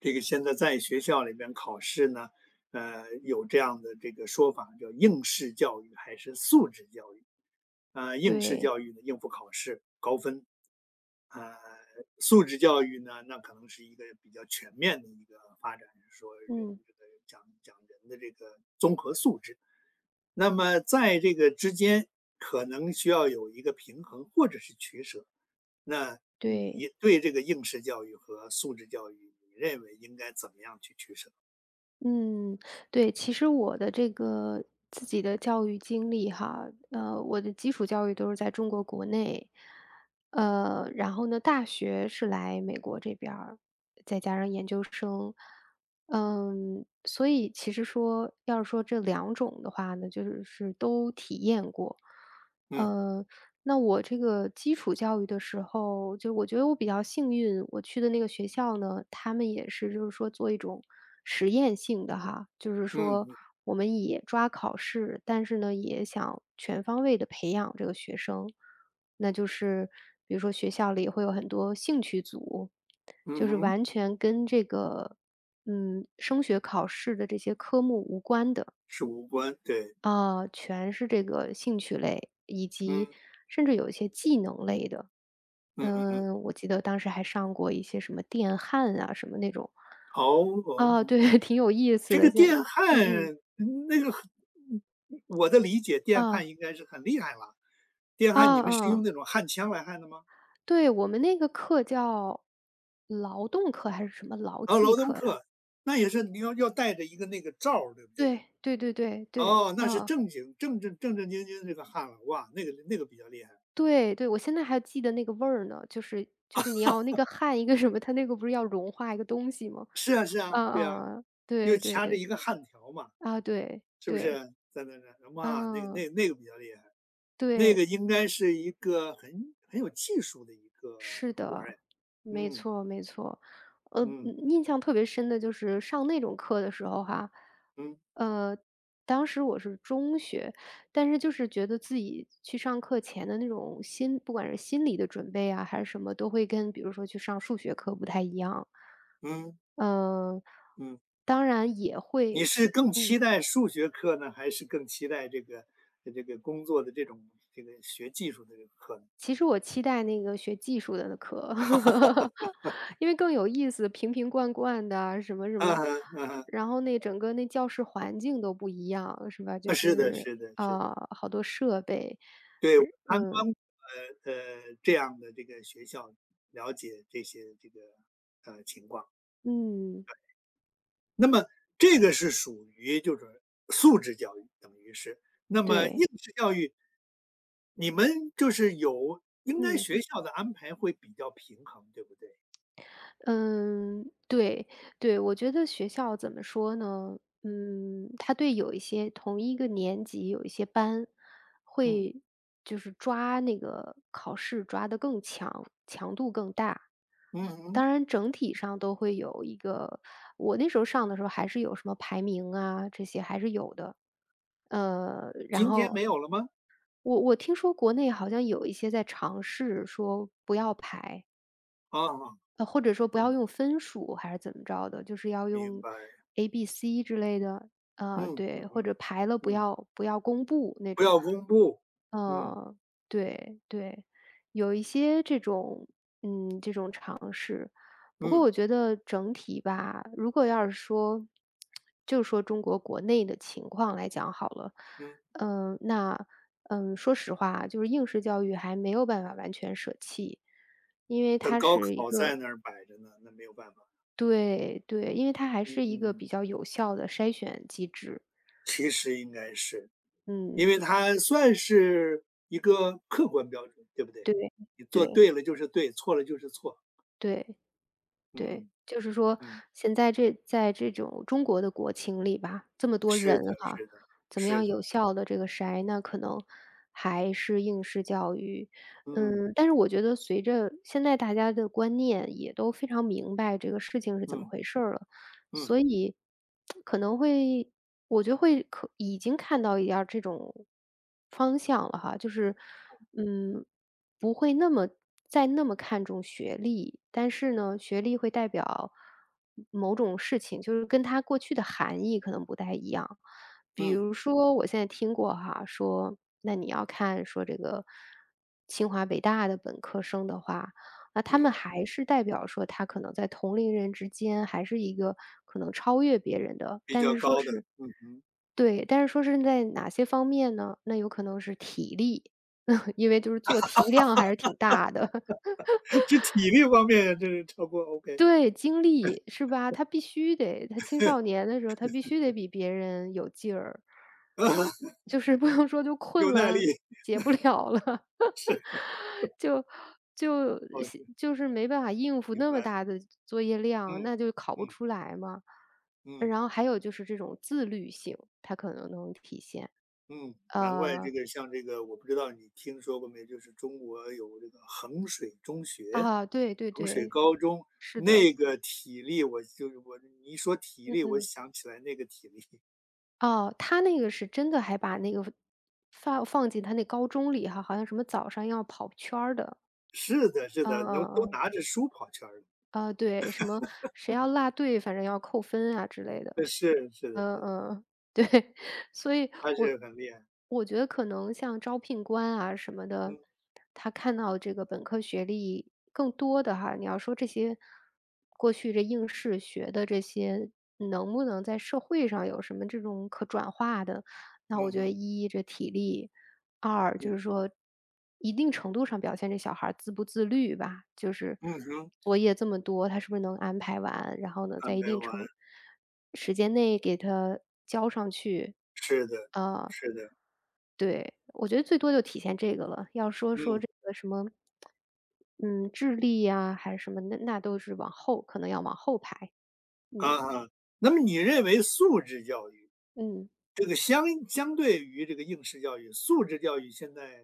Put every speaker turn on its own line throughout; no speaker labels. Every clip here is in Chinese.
这个现在在学校里边考试呢，有这样的这个说法，叫应试教育还是素质教育？应试
对，
教育呢，应付考试高分；呃，素质教育呢，那可能是一个比较全面的一个发展，说人
嗯，
这个讲讲人的这个综合素质。那么在这个之间，可能需要有一个平衡或者是取舍。那
对，
你对这个应试教育和素质教育，你认为应该怎么样去取舍？
嗯，对。其实我的这个自己的教育经历哈，我的基础教育都是在中国国内，然后呢，大学是来美国这边儿，再加上研究生，嗯，所以其实说，要是说这两种的话呢，就是都体验过，
嗯
呃，那我这个基础教育的时候，就我觉得我比较幸运，我去的那个学校呢，他们也是就是说做一种实验性的哈，就是
嗯
说
嗯
我们也抓考试，但是呢，也想全方位的培养这个学生。那就是比如说学校里会有很多兴趣组，
嗯
就是
哼，
完全跟这个升学考试的这些科目无关的。
是无关，对，
啊，全是这个兴趣类，以及
嗯
甚至有一些技能类的。
嗯嗯，嗯
我记得当时还上过一些什么电焊啊，什么那种。
哦
啊，
哦，
对，挺有意思
这
的，
个
现
电焊
嗯嗯，
嗯那个很，我的理解，电焊
啊，
应该是很厉害了。电
啊
焊你们是用
啊，
那种焊枪来焊的吗？
对，我们那个课叫劳动课还是什么劳
哦，
技
劳动
课呀？
课，那也是你要带着一个那个罩儿对不对？
对，对对对对，
哦，那是
啊。
正经这个焊了，哇，那个比较厉害。
对对，我现在还记得那个味儿呢，就是你要那个焊一个什么，它那个不是要融化一个东西吗？
是啊是啊，
啊
对啊，
啊，
又
对对
掐着
对，
一个焊条嘛，
啊对对
是不
对，啊，对
是？
对，
在那，哇，那个
嗯，
那个比较厉害，那
对。
个应该是一个很有技术的一个
是
活儿
的，
哎，
没
嗯
错没错。呃，
嗯
嗯印象特别深的就是上那种课的时候哈，
嗯
呃，当时我是中学，但是就是觉得自己去上课前的那种心，不管是心理的准备啊，还是什么，都会跟比如说去上数学课不太一样。
嗯
嗯、
嗯，
当然也
你
会，
是
其
更
嗯。
期待数学课呢，还是更期待这个这个工作的这种这个学技术的这个课呢？
其实我期待那个学技术的那课，因为更有意思，瓶瓶罐罐的啊什么什
嗯
么，
哼嗯哼，
然后那整个那教室环境都不一样，是吧？就
啊是的
是
是的是的。
啊、好多设备，
对，我参观这样的这个学校，了解这些这个情况。
嗯，
那么这个是属于就是素质教育，等于是。那么应
对，
试教育，你们就是有应该
嗯。
学校的安排会比较平衡，对不对？
嗯，对，对，我觉得学校怎么说呢？嗯，他对有一些同一个年级有一些班，
嗯
会就是抓那个考试抓得更强，强度更大。
嗯嗯，
当然，整体上都会有一个，我那时候上的时候还是有什么排名啊，这些还是有的。然
今天
后
没有了吗？
我听说国内好像有一些在尝试说不要排，
啊，
或者说不要
嗯，
用分数还是怎么着的，就是要
明
用
白。
A、B、C 之类的，啊，
嗯嗯
对，或
嗯
者排了不
嗯，
要不要公布那
不
种，
要公布。嗯
嗯，对对，有一些这种尝试。不过
嗯
我觉得整体吧，如果要是说，就说中国国内的情况来讲好了，
嗯，
那说实话，就是应试教育还没有办法完全舍弃，因为
等
它
高
是一
考在
个。
那儿摆着呢，那没有办法。
对对，因为它还是一个
嗯，
比较有效的筛选机制。
其实应该是，
嗯，
因为它算是一个客观标准，对不对？
对
你做
对
对了就是对，错了就是错。
对对，
嗯
就是说
嗯，
现在这在这种中国的国情里吧，这么多
是
人
的，
哈，
是的，
怎么
是
样有
的，
效的这个筛，那可能还是应试教育。
嗯
嗯，但是我觉得随着现在大家的观念也都非常明白这个事情是怎么
嗯
回事儿了，
嗯
所以可能会我觉得会已经看到一点儿这种方向了哈，就是，嗯，不会再那么看重学历，但是呢，学历会代表某种事情，就是跟它过去的含义可能不太一样。比
嗯
如说，我现在听过哈，说那你要看说这个清华北大的本科生的话，那他
嗯，
们还是代表说他可能在同龄人之间还是一个可能超越别人的，
比
但
较
是说
高的，
是，
嗯嗯，
对，但是说是在哪些方面呢？那有可能是体力，因为就是做题量还是挺大的。
这体力方面这是超过 OK，
对，精力是吧？他必须得他青少年的时候，他必须得比别人有劲儿。就是 不用说就
有
困
耐
了，
力，
解不了了，就就
哦是，
就是没办法应付
明
那么
白，
大的作业量，
嗯
那就考不
嗯
出来嘛。
嗯。
然后还有就是这种自律性，他可能能体现。
嗯，难怪这
呃，
个像这个，我不知道你听说过没，就是中国有这个衡水中学、
啊，对对
衡水
对，
高中，
是的，
那个体力我就是我你一说体
嗯
力，我
嗯。
想起来那个体力，
哦，他那个是真的还把那个放进他那高中里哈，好像什么早上要跑圈儿的，
是的，是的，
嗯
能
嗯
都
嗯，
拿着书跑圈儿了，
啊，对，什么谁要落队，反正要扣分啊之类的。
是是的，
嗯
是的，
嗯，对，所以
他
我
是很厉害，
我觉得可能像招聘官啊什么的，
嗯
他看到这个本科学历更多的哈，你要说这些过去这应试学的这些，能不能在社会上有什么这种可转化的？那我
嗯
觉得
哼，
一这体力，二就是
嗯
说，一定程度上表现这小孩儿自不自律吧，就是
嗯哼，
作业这么多，他是不是能安排完？然后呢，在
安
一
排
定
完，
程时间内给他交上去。
是的，
啊，
是的，
对，我觉得最多就体现这个了。要说说
嗯
这个什么，嗯，智力呀，还是什么，那都是往后，可能要往后排。嗯
啊哈，那么你认为素质教育？
嗯。
这个相对于这个应试教育，素质教育现在，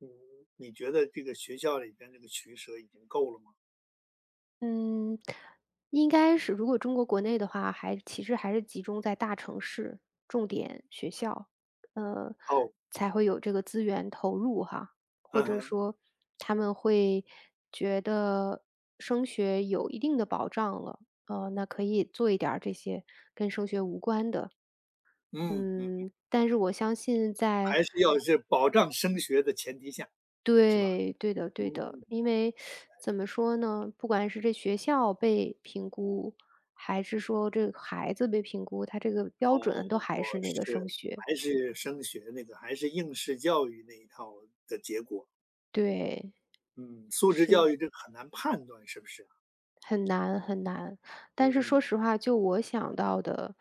嗯，你觉得这个学校里边这个取舍已经够了吗？
嗯，应该是如果中国国内的话，其实还是集中在大城市、重点学校，呃，
哦，
才会有这个资源投入哈，或
嗯
者
哼，
说他们会觉得升学有一定的保障了，那可以做一点儿这些跟升学无关的，
嗯嗯，
嗯，但是我相信在，
还是要是保障升学的前提下，是吧？
对，对的对的。
嗯，
因为怎么说呢，不管是这学校被评估，还是说这个孩子被评估，他这个标准
哦，
都还是那个
是，
升学。
还是升学那个，还是应试教育那一套的结果。
对，
嗯，素质教
是，
育这个很难判断是不是啊？
很难很难。
嗯
但是说
嗯
实话，就我想到的，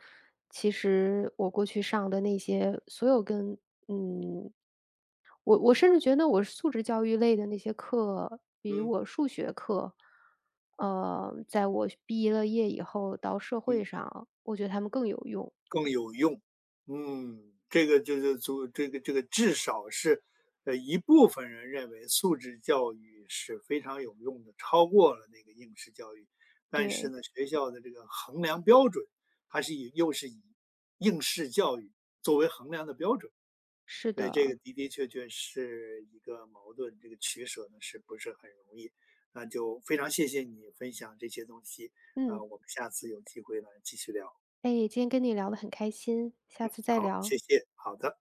其实我过去上的那些所有跟嗯，我甚至觉得我素质教育类的那些课，比
嗯。
我数学课，在我毕业了业以后到社会上，我觉得他们更有用。
更有用。嗯，这个就是足这个这个至少是，一部分人认为素质教育是非常有用的，超过了那个应试教育。但是
对，
呢，学校的这个衡量标准，它是又是以应试教育作为衡量的标准，
是
所以这
的，
个的的确确是一个矛盾，这个取舍呢是不是很容易？那就非常谢谢你分享这些东西，
嗯，
啊、我们下次有机会呢继续聊。
哎，今天跟你聊得很开心，下次再
好，
聊。
谢谢，好的。